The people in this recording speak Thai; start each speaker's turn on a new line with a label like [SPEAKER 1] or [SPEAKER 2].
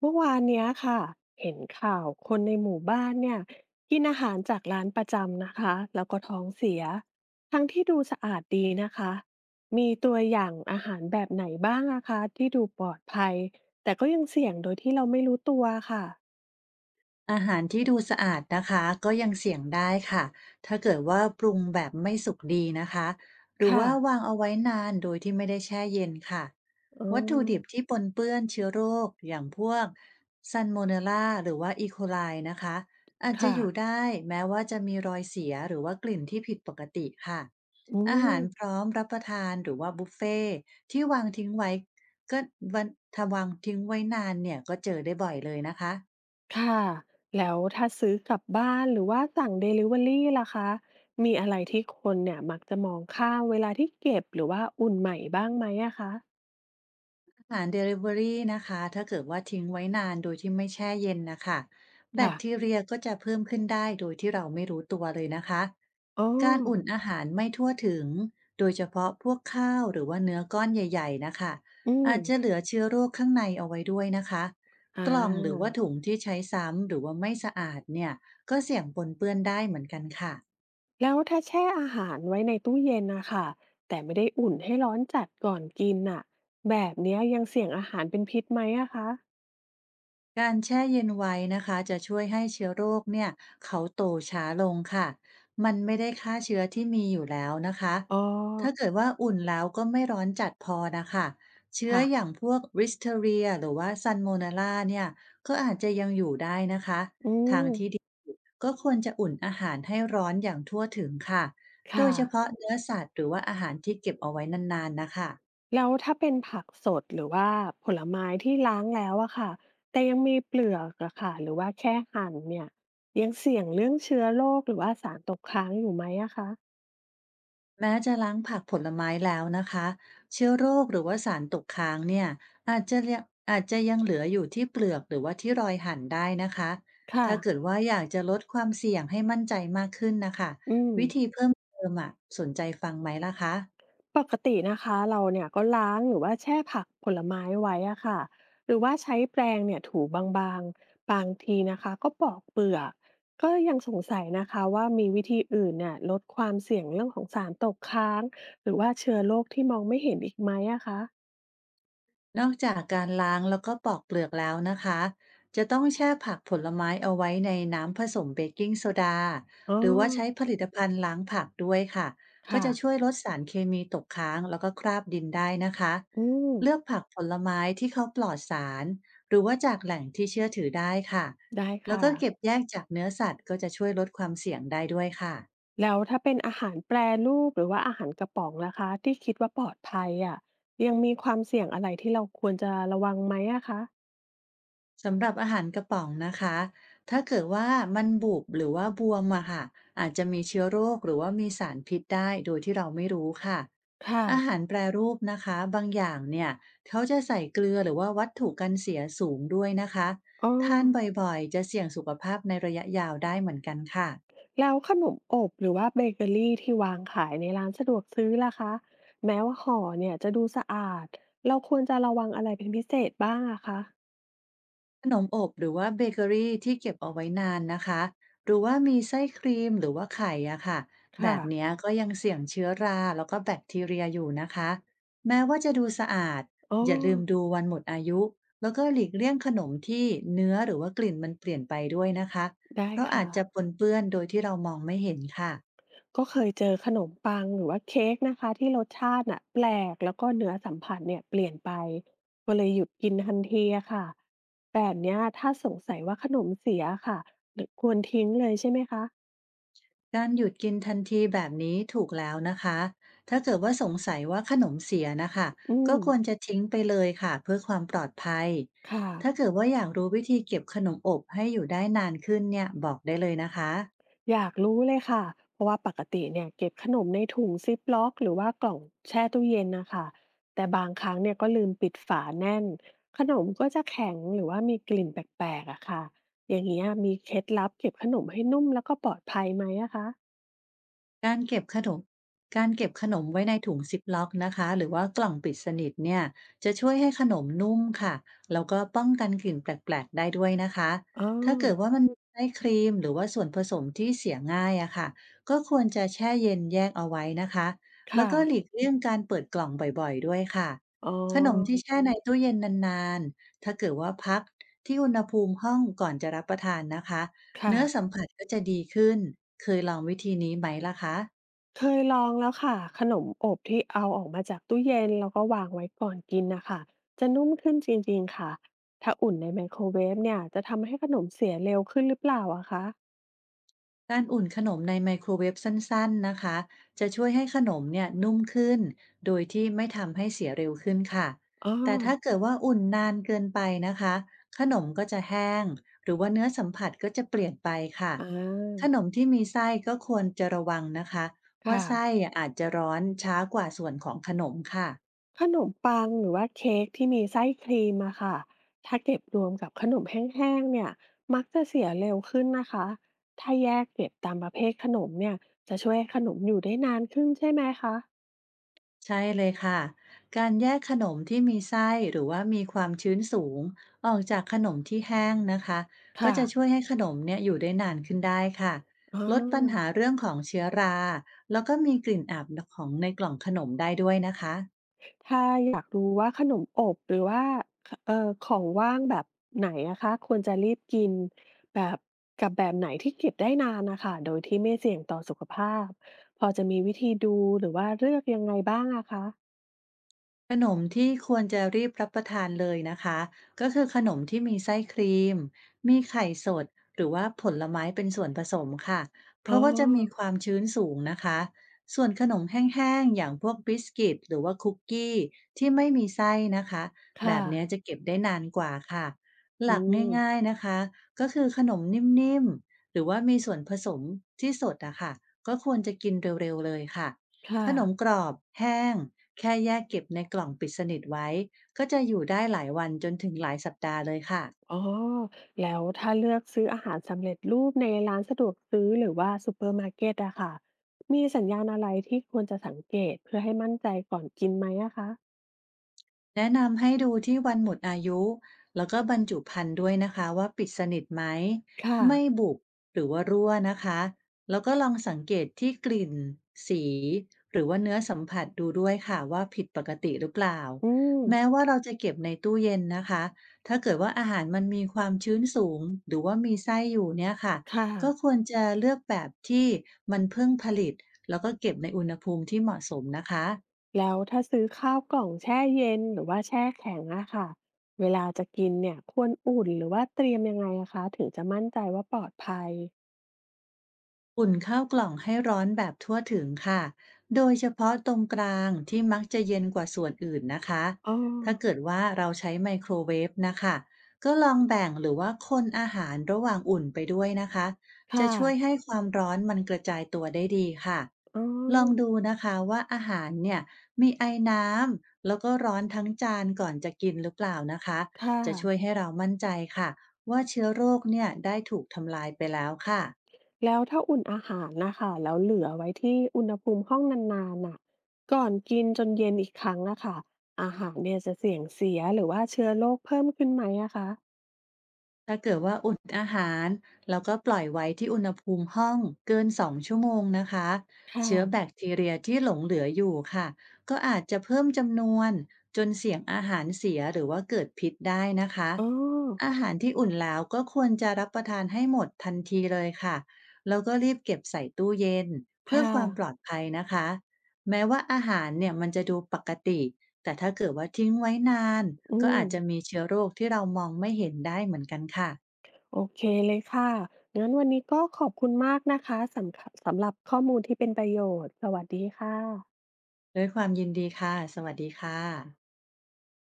[SPEAKER 1] เมื่อวานเนี้ยค่ะเห็นข่าวคนในหมู่บ้านเนี่ยกินอาหารจากร้านประจำนะคะแล้วก็ท้องเสียทั้งที่ดูสะอาดดีนะคะมีตัวอย่างอาหารแบบไหนบ้างอะคะที่ดูปลอดภัยแต่ก็ยังเสี่ยงโดยที่เราไม่รู้ตัวค่ะ
[SPEAKER 2] อาหารที่ดูสะอาดนะคะก็ยังเสี่ยงได้ค่ะถ้าเกิดว่าปรุงแบบไม่สุกดีนะคะหรือ
[SPEAKER 1] ค่ะ
[SPEAKER 2] ว่าวางเอาไว้นานโดยที่ไม่ได้แช่เย็นค่ะ
[SPEAKER 1] อ๋อ
[SPEAKER 2] วัตถุดิบที่ปนเปื้อนเชื้อโรคอย่างพวกซันโมเนลลาหรือว่าอีโคไลนะคะอาจจะ
[SPEAKER 1] ค่ะ
[SPEAKER 2] อยู่ได้แม้ว่าจะมีรอยเสียหรือว่ากลิ่นที่ผิดปกติค่ะ
[SPEAKER 1] อื
[SPEAKER 2] อาหา
[SPEAKER 1] ม
[SPEAKER 2] รพร้อมรับประทานหรือว่าบุฟเฟ่ตที่วางทิ้งไว้ก็วันถ้าวางทิ้งไว้นานเนี่ยก็เจอได้บ่อยเลยนะคะ
[SPEAKER 1] ค่ะแล้วถ้าซื้อกลับบ้านหรือว่าสั่งเดลิเวอรี่ล่ะคะมีอะไรที่คนเนี่ยมักจะมองข้ามเวลาที่เก็บหรือว่าอุ่นใหม่บ้างไหมอะคะ
[SPEAKER 2] อาหารเดลิเวอรี่นะคะถ้าเกิดว่าทิ้งไว้นานโดยที่ไม่แช่เย็นนะคะแบค
[SPEAKER 1] ค่ะ
[SPEAKER 2] ทีเรียก็จะเพิ่มขึ้นได้โดยที่เราไม่รู้ตัวเลยนะคะ
[SPEAKER 1] อ๋อ
[SPEAKER 2] การอุ่นอาหารไม่ทั่วถึงโดยเฉพาะพวกข้าวหรือว่าเนื้อก้อนใหญ่ๆนะคะ
[SPEAKER 1] อื
[SPEAKER 2] อา
[SPEAKER 1] ม
[SPEAKER 2] จจะเหลือเชื้อโรคข้างในเอาไว้ด้วยนะคะ
[SPEAKER 1] อ
[SPEAKER 2] กล่องหรือว่า
[SPEAKER 1] า
[SPEAKER 2] ถุงที่ใช้ซ้ำหรือว่าไม่สะอาดเนี่ยก็เสี่ยงปนเปื้อนได้เหมือนกันค่ะ
[SPEAKER 1] แล้วถ้าแช่อาหารไว้ในตู้เย็นน่ะค่ะแต่ไม่ได้อุ่นให้ร้อนจัดก่อนกินน่ะแบบเนี้ยยังเสี่ยงอาหารเป็นพิษไหมอะคะ
[SPEAKER 2] การแช่เย็นไว้นะคะจะช่วยให้เชื้อโรคเนี่ยเขาโตช้าลงค่ะมันไม่ได้ฆ่าเชื้อที่มีอยู่แล้วนะคะ
[SPEAKER 1] อ๋อ
[SPEAKER 2] ถ้าเกิดว่าอุ่นแล้วก็ไม่ร้อนจัดพอนะคะเชื้อ
[SPEAKER 1] ค่ะ
[SPEAKER 2] อย่างพวก Listeria หรือว่า Salmonella เนี่ยก็อาจจะยังอยู่ได้นะคะ
[SPEAKER 1] อื
[SPEAKER 2] ทาง
[SPEAKER 1] ม
[SPEAKER 2] ที่ดีก็ควรจะอุ่นอาหารให้ร้อนอย่างทั่วถึงค่ะโด
[SPEAKER 1] ค่ะ
[SPEAKER 2] ยเฉพาะเนื้อสัตว์หรือว่าอาหารที่เก็บเอาไว้นานๆนะคะ
[SPEAKER 1] แล้วถ้าเป็นผักสดหรือว่าผลไม้ที่ล้างแล้วอะค่ะแต่ยังมีเปลือกอะค่ะหรือว่าแค่หั่นเนี่ยยังเสี่ยงเรื่องเชื้อโรคหรือว่าสารตกค้างอยู่ไหมอะคะ
[SPEAKER 2] แม้จะล้างผักผลไม้แล้วนะคะเชื้อโรคหรือว่าสารตกค้างเนี่ยอาจจะยังอาจจะยังเหลืออยู่ที่เปลือกหรือว่าที่รอยหั่นได้นะคะ
[SPEAKER 1] ค่ะ
[SPEAKER 2] ถ้าเกิดว่าอยากจะลดความเสี่ยงให้มั่นใจมากขึ้นนะคะ
[SPEAKER 1] อืม
[SPEAKER 2] วิธีเพิ่มเติมอ่ะสนใจฟังไหมล่ะคะ
[SPEAKER 1] ปกตินะคะเราเนี่ยก็ล้างหรือว่าแช่ผักผลไม้ไว้อะค่ะหรือว่าใช้แปรงเนี่ยถูบางๆบางทีนะคะก็ปอกเปลือกก็ยังสงสัยนะคะว่ามีวิธีอื่นเนี่ยลดความเสี่ยงเรื่องของสารตกค้างหรือว่าเชื้อโรคที่มองไม่เห็นอีกไหมอะคะ
[SPEAKER 2] นอกจากการล้างแล้วก็ปอกเปลือกแล้วนะคะ จะต้องแช่ผักผลไม้เอาไว้ในน้ำผสมเบกกิ้งโซดา
[SPEAKER 1] อ๋อ
[SPEAKER 2] หรือว่าใช้ผลิตภัณฑ์ล้างผักด้วยค่ะ ก็
[SPEAKER 1] ค่ะ
[SPEAKER 2] จะช่วยลดสารเคมีตกค้างแล้วก็คราบดินได้นะคะ
[SPEAKER 1] อืม
[SPEAKER 2] เลือกผักผลไม้ที่เขาปลอดสารหรือว่าจากแหล่งที่เชื่อถือได้ค่ะ
[SPEAKER 1] ได้
[SPEAKER 2] แล้ว
[SPEAKER 1] ค่ะ
[SPEAKER 2] ก็เก็บแยกจากเนื้อสัตว์ก็จะช่วยลดความเสี่ยงได้ด้วยค่ะ
[SPEAKER 1] แล้วถ้าเป็นอาหารแปรรูปหรือว่าอาหารกระป๋องนะคะที่คิดว่าปลอดภัยอะยังมีความเสี่ยงอะไรที่เราควรจะระวังไหมอะคะ
[SPEAKER 2] สำหรับอาหารกระป๋องนะคะถ้าเกิดว่ามันบุบหรือว่าบวมอะค่ะอาจจะมีเชื้อโรคหรือว่ามีสารพิษได้โดยที่เราไม่รู้ค่ะ
[SPEAKER 1] ค่ะ
[SPEAKER 2] อาหารแปรรูปนะคะบางอย่างเนี่ยเขาจะใส่เกลือหรือว่าวัตถุกันเสียสูงด้วยนะคะ
[SPEAKER 1] อ๋อ
[SPEAKER 2] ทานบ่อยๆจะเสี่ยงสุขภาพในระยะยาวได้เหมือนกันค่ะ
[SPEAKER 1] แล้วขนมอบหรือว่าเบเกอรีที่วางขายในร้านสะดวกซื้อล่ะคะ แม้ว่าห่อเนี่ยจะดูสะอาด เราควรจะระวังอะไรเป็นพิเศษบ้างอะคะ
[SPEAKER 2] ขนมอบหรือว่าเบเกอรีที่เก็บเอาไว้นานนะคะหรือว่ามีไส้ครีมหรือว่าไข่อะค่ะแบ
[SPEAKER 1] ค่ะ
[SPEAKER 2] บเนี้ยก็ยังเสี่ยงเชื้อราแล้วก็แบคทีเรียอยู่นะคะแม้ว่าจะดูสะอาด
[SPEAKER 1] อ๋อ
[SPEAKER 2] อย่าลืมดูวันหมดอายุแล้วก็หลีกเลี่ยงขนมที่เนื้อหรือว่ากลิ่นมันเปลี่ยนไปด้วยนะคะ
[SPEAKER 1] ได้
[SPEAKER 2] เพราะอา
[SPEAKER 1] ค่ะ
[SPEAKER 2] จจะปนเปื้อนโดยที่เรามองไม่เห็นค่ะ
[SPEAKER 1] ก็เคยเจอขนมปังหรือว่าเค้กนะคะที่รสชาติน่ะแปลกแล้วก็เนื้อสัมผัสเนี่ยเปลี่ยนไป ก็เลยหยุดกินทันทีอะค่ะ แบบเนี้ยถ้าสงสัยว่าขนมเสียอะค่ะหรือควรทิ้งเลยใช่ไหมคะ
[SPEAKER 2] การหยุดกินทันทีแบบนี้ถูกแล้วนะคะ ถ้าเกิดว่าสงสัยว่าขนมเสียนะคะ
[SPEAKER 1] อื
[SPEAKER 2] ก็
[SPEAKER 1] ม
[SPEAKER 2] ควรจะทิ้งไปเลยค่ะเพื่อความปลอดภัย
[SPEAKER 1] ค่ะ
[SPEAKER 2] ถ้าเกิดว่าอยากรู้วิธีเก็บขนมอบให้อยู่ได้นานขึ้นเนี่ยบอกได้เลยนะคะ
[SPEAKER 1] อยากรู้เลยค่ะ เพราะว่าปกติเนี่ยเก็บขนมในถุงซิปล็อกหรือว่ากล่องแช่ตู้เย็นนะคะ แต่บางครั้งเนี่ยก็ลืมปิดฝาแน่น ขนมก็จะแข็งหรือว่ามีกลิ่นแปลกๆอะค่ะอย่างเงี้ยมีเคล็ดลับเก็บขนมให้นุ่มแล้วก็ปลอดภัยไหมอะคะ
[SPEAKER 2] การเก็บขนมการเก็บขนมไว้ในถุงซิปล็อกนะคะหรือว่ากล่องปิดสนิทเนี่ยจะช่วยให้ขนมนุ่มค่ะแล้วก็ป้องกันกลิ่นแปลกๆได้ด้วยนะคะ
[SPEAKER 1] อ๋อ
[SPEAKER 2] ถ้าเกิดว่ามันมีไส้ครีมหรือว่าส่วนผสมที่เสียง่ายอะค่ะก็ควรจะแช่เย็นแยกเอาไว้นะคะแล้ว
[SPEAKER 1] ค่ะ
[SPEAKER 2] ก็หลีกเลี่ยงการเปิดกล่องบ่อยๆด้วยค่ะ
[SPEAKER 1] อ๋อ
[SPEAKER 2] ขนมที่แช่ในตู้เย็นนานๆถ้าเกิดว่าพักที่อุณหภูมิห้องก่อนจะรับประทานนะคะ
[SPEAKER 1] ค่ะ
[SPEAKER 2] เนื้อสัมผัสก็จะดีขึ้นเคยลองวิธีนี้ไหมล่ะคะ
[SPEAKER 1] เคยลองแล้วค่ะขนมอบที่เอาออกมาจากตู้เย็นแล้วก็วางไว้ก่อนกินนะคะจะนุ่มขึ้นจริงๆค่ะถ้าอุ่นในไมโครเวฟเนี่ยจะทำให้ขนมเสียเร็วขึ้นหรือเปล่าอะคะ
[SPEAKER 2] การอุ่นขนมในไมโครเวฟสั้นๆนะคะจะช่วยให้ขนมเนี่ยนุ่มขึ้นโดยที่ไม่ทำให้เสียเร็วขึ้นค่ะ
[SPEAKER 1] อ้อ
[SPEAKER 2] แต่ถ้าเกิดว่าอุ่นนานเกินไปนะคะขนมก็จะแห้งหรือว่าเนื้อสัมผัสก็จะเปลี่ยนไปค่ะ
[SPEAKER 1] อา
[SPEAKER 2] ขนมที่มีไส้ก็ควรจะระวังนะคะ ว่า
[SPEAKER 1] ค่ะ
[SPEAKER 2] ไส้อาจจะร้อนช้ากว่าส่วนของขนมค่ะ
[SPEAKER 1] ขนมปังหรือว่าเค้กที่มีไส้ครีมอะค่ะถ้าเก็บรวมกับขนมแห้งๆเนี่ยมักจะเสียเร็วขึ้นนะคะถ้าแยกเก็บตามประเภทขนมเนี่ยจะช่วยให้ขนมอยู่ได้นานขึ้นใช่ไหมคะ
[SPEAKER 2] ใช่เลยค่ะ การแยกขนมที่มีไส้หรือว่ามีความชื้นสูงออกจากขนมที่แห้งนะคะ ก็
[SPEAKER 1] ค่ะ
[SPEAKER 2] จะช่วยให้ขนมเนี่ยอยู่ได้นานขึ้นได้ค่ะ
[SPEAKER 1] อ๋อ
[SPEAKER 2] ลดปัญหาเรื่องของเชื้อราแล้วก็มีกลิ่นอับของในกล่องขนมได้ด้วยนะคะ
[SPEAKER 1] ถ้าอยากรู้ว่าขนมอบหรือว่าขของว่างแบบไหนอะคะควรจะรีบกินแบบกับแบบไหนที่เก็บได้นานน่ะค่ะโดยที่ไม่เสี่ยงต่อสุขภาพพอจะมีวิธีดูหรือว่าเลือกยังไงบ้างอะคะ
[SPEAKER 2] ขนมที่ควรจะรีบรับประทานเลยนะคะก็คือขนมที่มีไส้ครีมมีไข่สดหรือว่าผลไม้เป็นส่วนผสมค่ะเพ
[SPEAKER 1] อ๋อ
[SPEAKER 2] ราะว่าจะมีความชื้นสูงนะคะส่วนขนมแห้งๆอย่างพวกบิสกิตหรือว่าคุกกี้ที่ไม่มีไส้นะคะแบ
[SPEAKER 1] ค่ะ
[SPEAKER 2] บเนี้ยจะเก็บได้นานกว่าค่ะห
[SPEAKER 1] อื
[SPEAKER 2] ลัก
[SPEAKER 1] ม
[SPEAKER 2] ง่ายๆนะคะก็คือขนมนิ่มๆหรือว่ามีส่วนผสมที่สดอะค่ะก็ควรจะกินเร็วๆเลยค่ะ
[SPEAKER 1] ค่ะ
[SPEAKER 2] ขนมกรอบแห้งแค่แยกเก็บในกล่องปิดสนิทไว้ก็จะอยู่ได้หลายวันจนถึงหลายสัปดาห์เลยค่ะ
[SPEAKER 1] อ๋อแล้วถ้าเลือกซื้ออาหารสำเร็จรูปในร้านสะดวกซื้อหรือว่าซูเปอร์มาร์เกตอะค่ะมีสัญญาณอะไรที่ควรจะสังเกตเพื่อให้มั่นใจก่อนกินไหมอะคะ
[SPEAKER 2] แนะนำให้ดูที่วันหมดอายุแล้วก็บรรจุภัณฑ์ด้วยนะคะว่าปิดสนิทไหม
[SPEAKER 1] ค่ะ
[SPEAKER 2] ไม่บุบหรือว่ารั่วนะคะแล้วก็ลองสังเกตที่กลิ่นสีหรือว่าเนื้อสัมผัสดูด้วยค่ะว่าผิดปกติหรือเปล่า
[SPEAKER 1] อืม
[SPEAKER 2] แม้ว่าเราจะเก็บในตู้เย็นนะคะถ้าเกิดว่าอาหารมันมีความชื้นสูงหรือว่ามีไส้อยู่เนี่ยค่ะ
[SPEAKER 1] ค่ะ
[SPEAKER 2] ก็ควรจะเลือกแบบที่มันเพิ่งผลิตแล้วก็เก็บในอุณหภูมิที่เหมาะสมนะคะ
[SPEAKER 1] แล้วถ้าซื้อข้าวกล่องแช่เย็นหรือว่าแช่แข็งอะค่ะเวลาจะกินเนี่ยควรอุ่นหรือว่าเตรียมยังไงอะคะถึงจะมั่นใจว่าปลอดภัย
[SPEAKER 2] อุ่นข้าวกล่องให้ร้อนแบบทั่วถึงค่ะโดยเฉพาะตรงกลางที่มักจะเย็นกว่าส่วนอื่นนะคะ
[SPEAKER 1] อ๋อ
[SPEAKER 2] ถ้าเกิดว่าเราใช้ไมโครเวฟนะคะก็ลองแบ่งหรือว่าคนอาหารระหว่างอุ่นไปด้วยนะคะจะ
[SPEAKER 1] ค่ะ
[SPEAKER 2] ช่วยให้ความร้อนมันกระจายตัวได้ดีค่ะ
[SPEAKER 1] อ๋อ
[SPEAKER 2] ลองดูนะคะว่าอาหารเนี่ยมีไอน้ำแล้วก็ร้อนทั้งจานก่อนจะกินหรือเปล่านะคะ
[SPEAKER 1] ค่ะ
[SPEAKER 2] จะช่วยให้เรามั่นใจค่ะว่าเชื้อโรคเนี่ยได้ถูกทำลายไปแล้วค่ะ
[SPEAKER 1] แล้วถ้าอุ่นอาหารนะค่ะแล้วเหลือไว้ที่อุณหภูมิห้องนานๆน่ะก่อนกินจนเย็นอีกครั้งอะค่ะอาหารเนี่ยจะเสี่ยงเสียหรือว่าเชื้อโรคเพิ่มขึ้นไหมอะคะ
[SPEAKER 2] ถ้าเกิดว่าอุ่นอาหารแล้วก็ปล่อยไว้ที่อุณหภูมิห้องเกิน2 ชั่วโมงนะคะ
[SPEAKER 1] ค่ะ
[SPEAKER 2] เชื้อแบคทีเรียที่หลงเหลืออยู่ค่ะก็อาจจะเพิ่มจำนวนจนเสี่ยงอาหารเสียหรือว่าเกิดพิษได้นะคะ
[SPEAKER 1] อ๋อ
[SPEAKER 2] อาหารที่อุ่นแล้วก็ควรจะรับประทานให้หมดทันทีเลยค่ะแล้วก็รีบเก็บใส่ตู้เย็นเพื่อ
[SPEAKER 1] ค่ะ
[SPEAKER 2] ความปลอดภัยนะคะแม้ว่าอาหารเนี่ยมันจะดูปกติ แต่ถ้าเกิดว่าทิ้งไว้นาน
[SPEAKER 1] อื
[SPEAKER 2] ก็
[SPEAKER 1] ม
[SPEAKER 2] อาจจะมีเชื้อโรคที่เรามองไม่เห็นได้เหมือนกันค่ะ
[SPEAKER 1] โอเคเลยค่ะ งั้นวันนี้ก็ขอบคุณมากนะคะสำหรับข้อมูลที่เป็นประโยชน์ สวัสดีค่ะ
[SPEAKER 2] ด้วยความยินดีค่ะสวัสดีค่ะ